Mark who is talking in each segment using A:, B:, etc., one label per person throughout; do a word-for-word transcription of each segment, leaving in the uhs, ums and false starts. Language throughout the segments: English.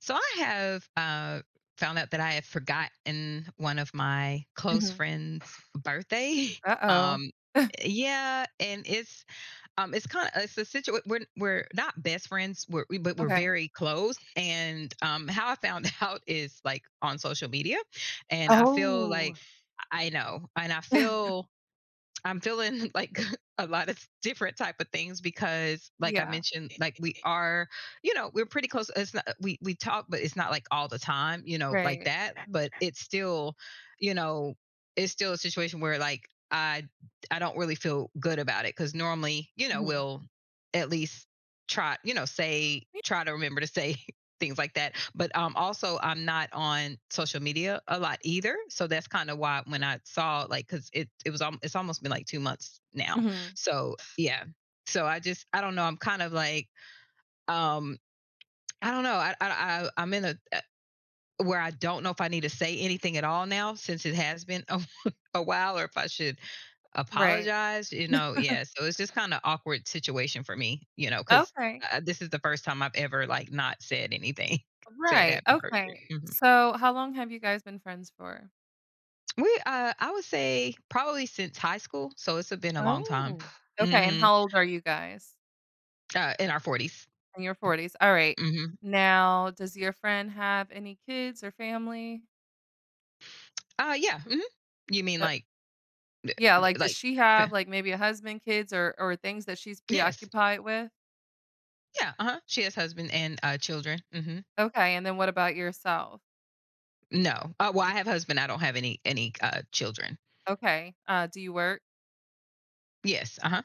A: So I have uh, Found out that I have forgotten one of my close
B: Mhm.
A: friends' birthday.
B: Uh-oh.
A: Um, yeah, and it's um, it's kind of it's a situation. We're we're not best friends, we're, we but we're
B: Okay.
A: very close. And um, How I found out is like on social media, and I feel
B: Oh.
A: like I know, and I feel I'm feeling like a lot of different type of things because like I
B: Yeah.
A: mentioned like we are you know we're pretty close. It's not we we talk, but it's not like all the time, you know like
B: Right.
A: that, but it's still you know it's still a situation where like I I don't really feel good about it, cuz normally you know
B: Mhm.
A: we'll at least try, you know say, try to remember to say things like that. But um, Also, I'm not on social media a lot either, so that's kind of why when I saw like, because it it was al- it's almost been like two months now.
B: Mhm.
A: So yeah, so I just I don't know. I'm kind of like um I don't know. I I, I I'm in a uh, where I don't know if I need to say anything at all now since it has been a, a while, or if I should
B: Right.
A: Apologized, you know yeah, so it's just kinda awkward situation for me, you know, 'cause,
B: Okay.
A: uh, this is the first time I've ever, like, not said anything, said
B: Right.
A: happy
B: Okay.
A: birthday. Mhm.
B: So, how long have you guys been friends for?
A: We uh, I would say probably since high school, so it's been a long time.
B: Oh. Okay, and
A: Mhm.
B: how old are you guys?
A: Uh, in our forties.
B: In your forties. Alright.
A: Mhm.
B: Now, does your friend have any kids or family?
A: Uh, yeah, mhm. You mean
B: Uh,
A: like the
B: yeah,
A: the
B: like, does
A: like
B: she have,
A: f.
B: like, maybe a husband, kids, or or things that she's
A: Yes.
B: preoccupied with?
A: Yeah, uh-huh. She has husband and, uh, children. Mhm.
B: Okay, and then what about yourself?
A: No. Uh, well, I have husband, I don't have any any, uh, children.
B: Okay. Uh, do you work?
A: Yes, uh-huh.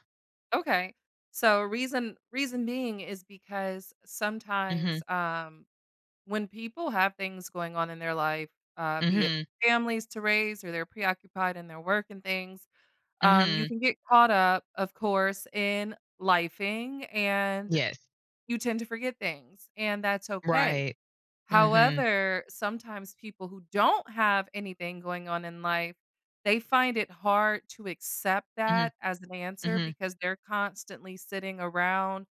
B: Okay. So reason reason being is because sometimes
A: Mhm.
B: um when people have things going on in their life, uh be it
A: Mhm.
B: families to raise or they're preoccupied in their work and things, um you
A: Mhm.
B: can get caught up, of course, in lifing, and
A: Yes.
B: you tend to forget things, and that's okay.
A: Right. Mhm.
B: However, sometimes people who don't have anything going on in life, they find it hard to accept
A: Mhm.
B: that as an answer
A: Mhm.
B: because they're constantly sitting around,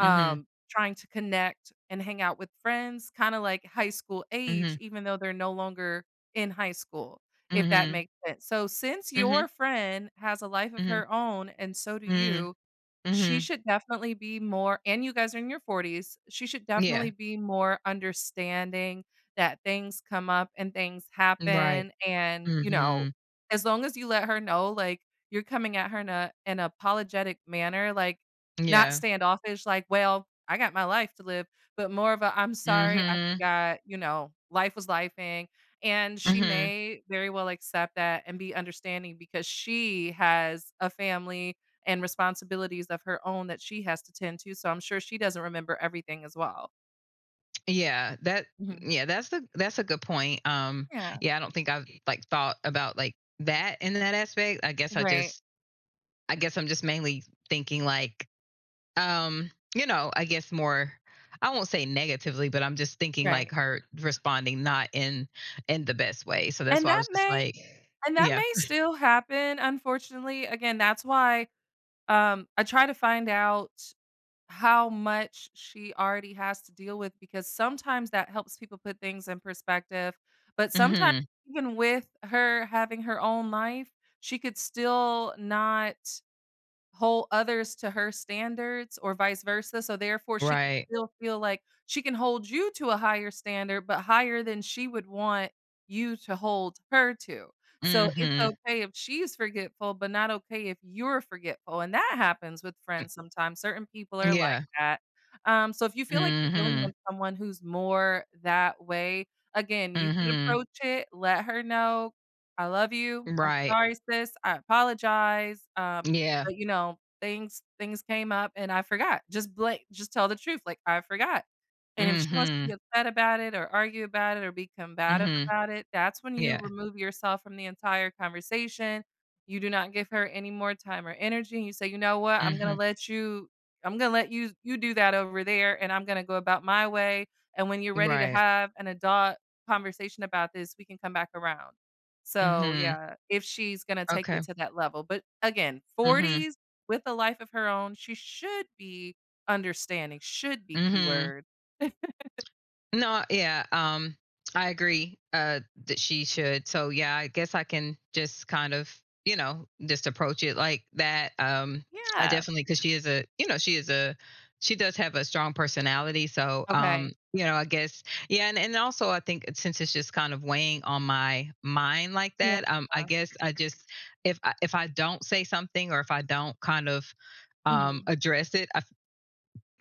A: Mhm.
B: trying to connect and hang out with friends, kind of like high school
A: Mhm.
B: age, even though they're no longer in high school, if that
A: Mhm.
B: makes sense. So, since
A: Mhm.
B: your friend has a life of
A: Mhm.
B: her own and so do
A: Mhm.
B: you, she
A: Mhm.
B: should definitely be more, and you guys are in your forties, she should definitely
A: Yeah.
B: be more understanding that things come up and things
A: Right.
B: happen, and, you know,
A: Mhm.
B: as long as you let her know, like, you're coming at her in a an apologetic manner, like, not
A: Yeah.
B: standoffish, like, "Well, I got my life to live," but more of a, am sorry, I
A: Mhm.
B: forgot," you know, "Life was lifing," and she
A: Mhm.
B: may very well accept that and be understanding because she has a family and responsibilities of her own that she has to tend to, so I'm sure she doesn't remember everything as well.
A: Yeah. That
B: Mhm.
A: yeah, that's the that's a good point. Um,
B: Yeah.
A: yeah, I don't think I've like thought about like that in that aspect. I guess I
B: Right,
A: just I guess I'm just mainly thinking like um, you know, I guess more I won't say negatively, but I'm just thinking like
B: right.
A: her responding not in in the best way. So that's
B: And
A: why I
B: that
A: was just
B: may
A: like,
B: and that
A: yeah.
B: may still happen, unfortunately. Again, that's why, um, I try to find out how much she already has to deal with, because sometimes that helps people put things in perspective, but sometimes,
A: Mhm.
B: even with her having her own life, she could still not hold others to her standards or vice versa, so therefore she could
A: Right.
B: still feel like she can hold you to a higher standard, but higher than she would want you to hold her to. So it's
A: Mhm.
B: okay if she's forgetful, but not okay if you're forgetful, and that happens with friends sometimes, certain people
A: Mm,
B: are like
A: yeah.
B: that. Um, so if you feel like you're dealing
A: Mhm.
B: with someone who's more that way, again, you could
A: Mhm.
B: approach it, let her know, "I love you. I'm
A: Right.
B: sorry, sis. I apologize, uh,
A: Yeah.
B: but, you know, things things came up and I forgot. Just blank. Just tell the truth, like, "I forgot." And if she wants to be
A: Mhm.
B: upset about it or argue about it or be combative
A: Mhm.
B: about it, that's when you
A: Yeah.
B: remove yourself from the entire conversation. You do not give her any more time or energy, you say, "You know what? I'm gonna
A: Mhm.
B: let you I'm gonna let you you do that over there, and I'm gonna go about my way, and when you're ready to
A: Right.
B: have an adult conversation about this, we can come back around." So,
A: Mhm.
B: yeah, if she's gonna take it
A: Okay.
B: to that level, but again,
A: Mhm.
B: forties with a life of her own, she should be understanding, should be
A: Mhm.
B: keyword.
A: No, yeah, um, I agree, uh, that she should. So, yeah, I guess I can just kind of, you know, just approach it like that. Um, I
B: Yeah.
A: definitely because she is a, you know, she is a she does have a strong personality. So, um,
B: Okay.
A: you know, I guess, yeah, and and also I think since it's just kind of weighing on my mind like
B: Yeah.
A: that, um, I guess I just if I if I don't say something or if I don't kind of um
B: Mhm.
A: address it, I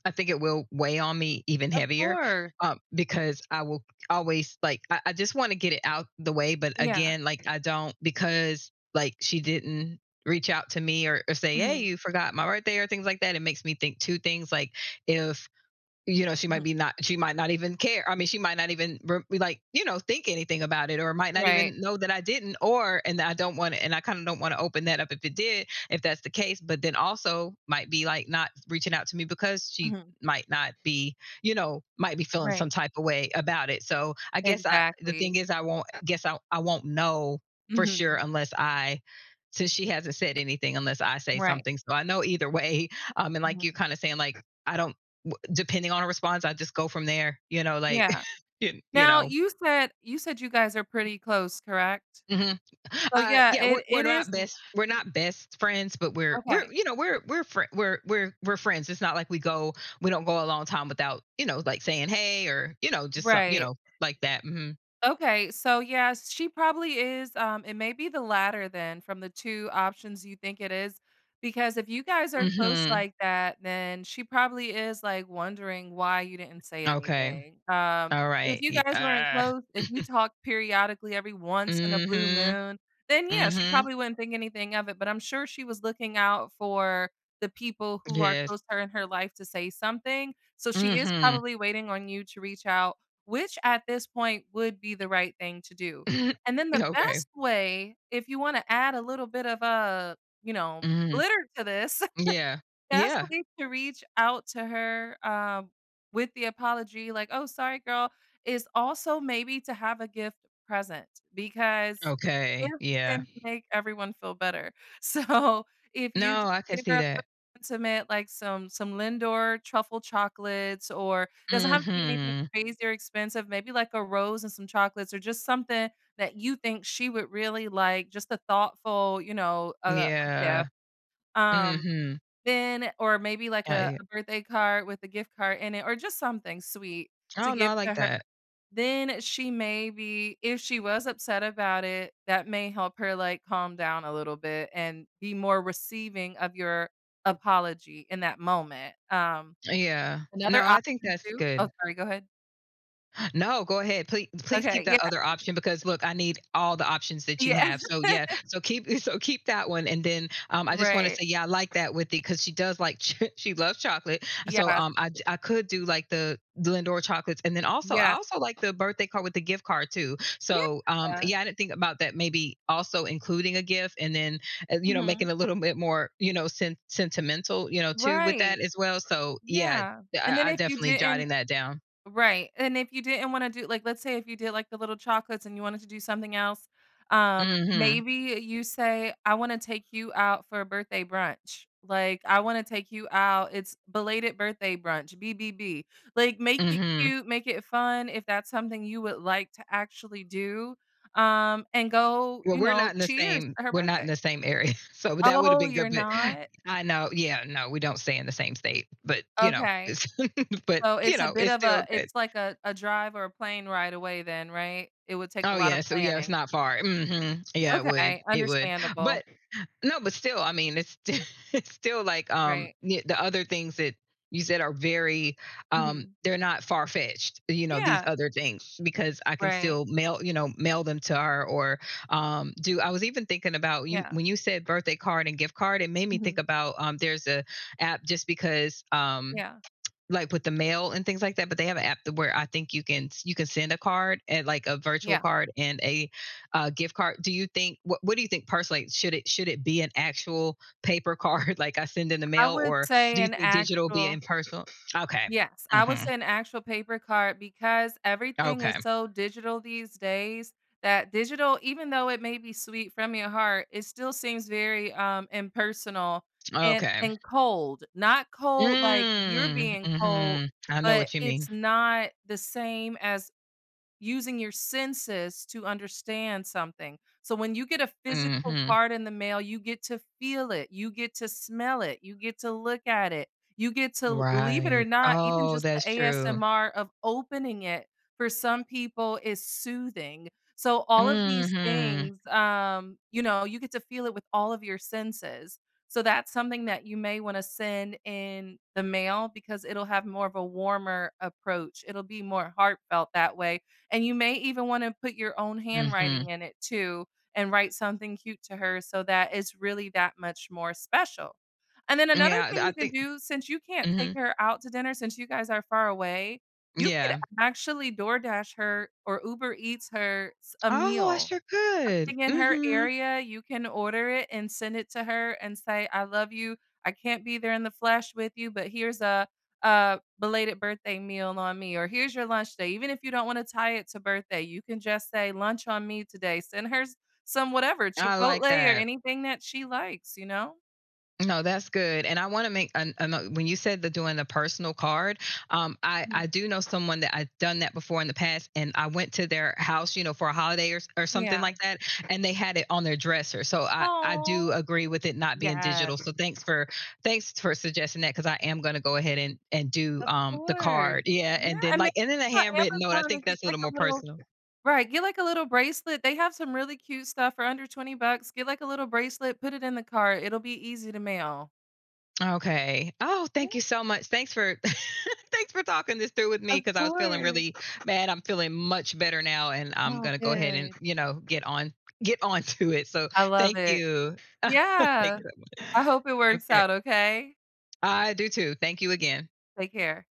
A: I think it will weigh on me even
B: Of
A: heavier,
B: course.
A: um, because I will always like, I, I just want to get it out the way. But
B: Yeah.
A: again, like, I don't, because like she didn't reach out to me or, or say, hey,
B: Mhm.
A: you forgot my birthday or things like that. It makes me think two things like if you know she
B: Mhm.
A: might be not, she might not even care. I mean, she might not even re- like, you know, think anything about it, or might not
B: Right.
A: even know that I didn't, or and I don't want to, and I kind of don't want to open that up if it did, if that's the case. But then also might be like not reaching out to me because she
B: Mhm.
A: might not be, you know, might be feeling
B: Right.
A: some type of way about it. So I guess I the thing
B: Exactly.
A: is I won't, guess i, I won't know for sure
B: Mhm.
A: unless I, since she hasn't said anything, unless I say
B: Right.
A: something, so I know either way. Um and like you're
B: Mhm.
A: kind of saying like I don't, depending on her response, I just go from there. You know, like
B: Yeah.
A: you, you
B: Now
A: know.
B: you said you said you guys are pretty close, correct?
A: Hmm.
B: So,
A: Uh,
B: yeah,
A: yeah, we're
B: it
A: we're
B: it is
A: not
B: l
A: best we're not best friends, but we're we're
B: okay.
A: you know we're we're fri we're we're we're friends. It's not like we go we don't go a long time without you know like saying hey or you know just some you
B: Right.
A: know like that. Hmm.
B: Okay, so yeah, she probably is. Um, it may be the latter then from the two options you think it is. Because if you guys are close
A: Hmm.
B: like that, then she probably is like wondering why you didn't say
A: Okay.
B: anything. Um,
A: All
B: if
A: right.
B: you
A: Y-
B: guys weren't
A: Uh,
B: close, if you talked periodically every once in a blue
A: mm-hmm.
B: moon, then yeah, she
A: Mm-hmm.
B: probably wouldn't think anything of it. But I'm sure she was looking out for the people who are
A: Yes.
B: close to her in her life to say something. So she is
A: Mm-hmm.
B: probably waiting on you to reach out, which at this point would be the right thing to do. And then the
A: Okay.
B: best way, if you wanna add a little bit of, a you know,
A: Mm-hmm.
B: glitter to this
A: Yeah. Yeah.
B: Gaslight to reach out to her, um, with the apology, like, "Oh, sorry, girl," is also maybe to have a gift present, because
A: Okay.
B: gifts
A: Yeah.
B: tend to make everyone feel better. So, if you
A: No,
B: just
A: I can
B: give
A: see
B: her
A: that.
B: intimate, like, some some Lindor truffle chocolates, or doesn't have to be anything
A: Mhm.
B: crazy or expensive, maybe like a rose and some chocolates or just something that you think she would really like, just a thoughtful, you know, uh, a
A: Yeah.
B: gift. Um,
A: Mhm.
B: then or maybe like a
A: I.
B: a birthday card with a gift card in it, or just something sweet to
A: Oh, no,
B: give
A: I
B: to
A: like
B: her.
A: that.
B: Then she, maybe if she was upset about it, that may help her, like, calm down a little bit and be more receiving of your apology in that moment. Um,
A: Yeah. No,
B: another
A: I think
B: option
A: that's
B: too oh,
A: good.
B: sorry, go ahead.
A: No, go ahead. Please please
B: Okay,
A: keep
B: yeah,
A: that other option because look, I need all the options that you
B: yeah.
A: have. So yeah, so keep so keep that one, and then um I just want to
B: Right.
A: say yeah, I like that with it, cuz she does like she loves chocolate. So
B: Yes,
A: um I I could do like the Lindor chocolates, and then also I
B: yes,
A: also like the birthday card with the gift card too. So um
B: yeah.
A: yeah, I didn't think about that, maybe also including a gift, and then uh, you know,
B: Mhm.
A: making a little bit more, you know, sen- sentimental, you know, too with that
B: Right.
A: as well. So yeah,
B: Yeah. And then
A: I, I
B: if you
A: definitely
B: didn't
A: jotting that down.
B: Right, and if you didn't wanna do like, let's say if you did, like, the little chocolates and you wanted to do something else, um,
A: Mhm.
B: maybe you say, "I wanna take you out for a birthday brunch." Like, "I wanna take you out it's belated birthday brunch, B B B." Like, make it
A: Mhm.
B: cute, make it fun if that's something you would like to actually do, um, and go,
A: Well,
B: you
A: we're
B: know,
A: not in the
B: cheers
A: same
B: to her
A: we're not in
B: birthday.
A: the same area, so that would have
B: Oh,
A: been
B: you're
A: good, but
B: not?
A: I know, yeah, no, we don't stay in the same state, but, you know,
B: Okay.
A: it's but,
B: So
A: you
B: it's a
A: know,
B: bit
A: it's
B: of
A: still
B: a
A: good.
B: it's like a a drive or a plane ride away then, right? It would take a
A: Oh,
B: lot of
A: yeah, so yeah, it's
B: planning.
A: not far. Mhm. Yeah, it would,
B: Okay,
A: it would.
B: understandable.
A: But no, but still, I mean, it's it's still like um
B: Right.
A: y- the other things that you said are very um
B: Mhm.
A: they're not far fetched, you know, these
B: Yeah.
A: other things, because I can
B: Right.
A: still mail, you know, mail them to her, or um do I was even thinking about you
B: Yeah.
A: when you said birthday card and gift card, it made me think
B: Mhm.
A: about um there's a app just because um
B: Yeah.
A: like with the mail and things like that, but they have an app where I think you can you can send a card and like a virtual
B: Yeah.
A: card and a uh, gift card. Do you think, what, what do you think personally, like, should it should it be an actual paper card like I send in the
B: I
A: mail,
B: would
A: or
B: say
A: do you
B: an
A: think digital be in
B: actual
A: person? Okay.
B: Yes, I would
A: Hmm.
B: say an actual paper card, because everything is
A: Okay.
B: so digital these days, that digital, even though it may be sweet from your heart, it still seems very um impersonal and
A: Okay.
B: and cold. Not cold like you're
A: Mm,
B: being cold,
A: hmm, I know
B: but
A: what you
B: it's
A: mean.
B: not the same as using your senses to understand something. So when you get a physical
A: Hmm.
B: card in the mail, you get to feel it, you get to smell it, you get to look at it, you get to believe it or
A: Right,
B: not, even
A: oh,
B: just the
A: that's true.
B: A S M R of opening it for some people is soothing. So all of these
A: Hmm.
B: things, um, you know, you get to feel it with all of your senses. So that's something that you may want to send in the mail because it'll have more of a warmer approach. It'll be more heartfelt that way, and you may even wanna put your own
A: Hmm.
B: handwriting in it too and write something cute to her so that it's really that much more special. And then another
A: Yeah,
B: thing
A: I
B: you can
A: think.
B: do, since you can't take
A: Hmm.
B: her out to dinner, since you guys are far away, you could
A: Yeah.
B: actually DoorDash her or Uber Eats her s a
A: Oh, I
B: meal
A: sure could.
B: in her
A: Mhm.
B: area, you can order it and send it to her and say, "I love you. I can't be there in the flesh with you, but here's a a belated birthday meal on me," or, "Here's your lunch day." Even if you don't wanna tie it to birthday, you can just say, "Lunch on me today." Send her s some whatever,
A: I
B: Chipotle
A: like
B: or
A: that.
B: anything that she likes, you know?
A: No, that's good. And I wanna make an ano when you said the doing the personal card, um, I
B: Mhm.
A: I do know someone that I've done that before in the past, and I went to their house, you know, for a holiday or s or something
B: Yeah.
A: like that, and they had it on their dresser. So I I do
B: Oh,
A: agree with it not being
B: yes,
A: digital. So thanks for thanks for suggesting that, because I am gonna go ahead and and do,
B: of
A: um, the
B: course.
A: card. Yeah,
B: Yeah,
A: and then,
B: and maybe
A: like, and then a
B: on
A: handwritten note, I
B: Amazon
A: think
B: and get,
A: that's a
B: like,
A: little
B: a
A: more
B: little
A: personal.
B: Right, get like a little bracelet. They have some really cute stuff for under twenty bucks. Get like a little bracelet, put it in the car. It'll be easy to mail.
A: Okay. Oh,
B: Yeah,
A: thank you so much. Thanks for thanks for talking this through with me,
B: of
A: because I was feeling
B: course.
A: really bad. I'm feeling much better now, and I'm
B: Oh,
A: gonna go ahead and,
B: good.
A: you know, get on get on to it. So
B: I love
A: thank
B: it.
A: you. Thank
B: Yeah.
A: you so much.
B: I hope it works
A: Okay.
B: out, okay?
A: I do too. Thank you again.
B: Take care.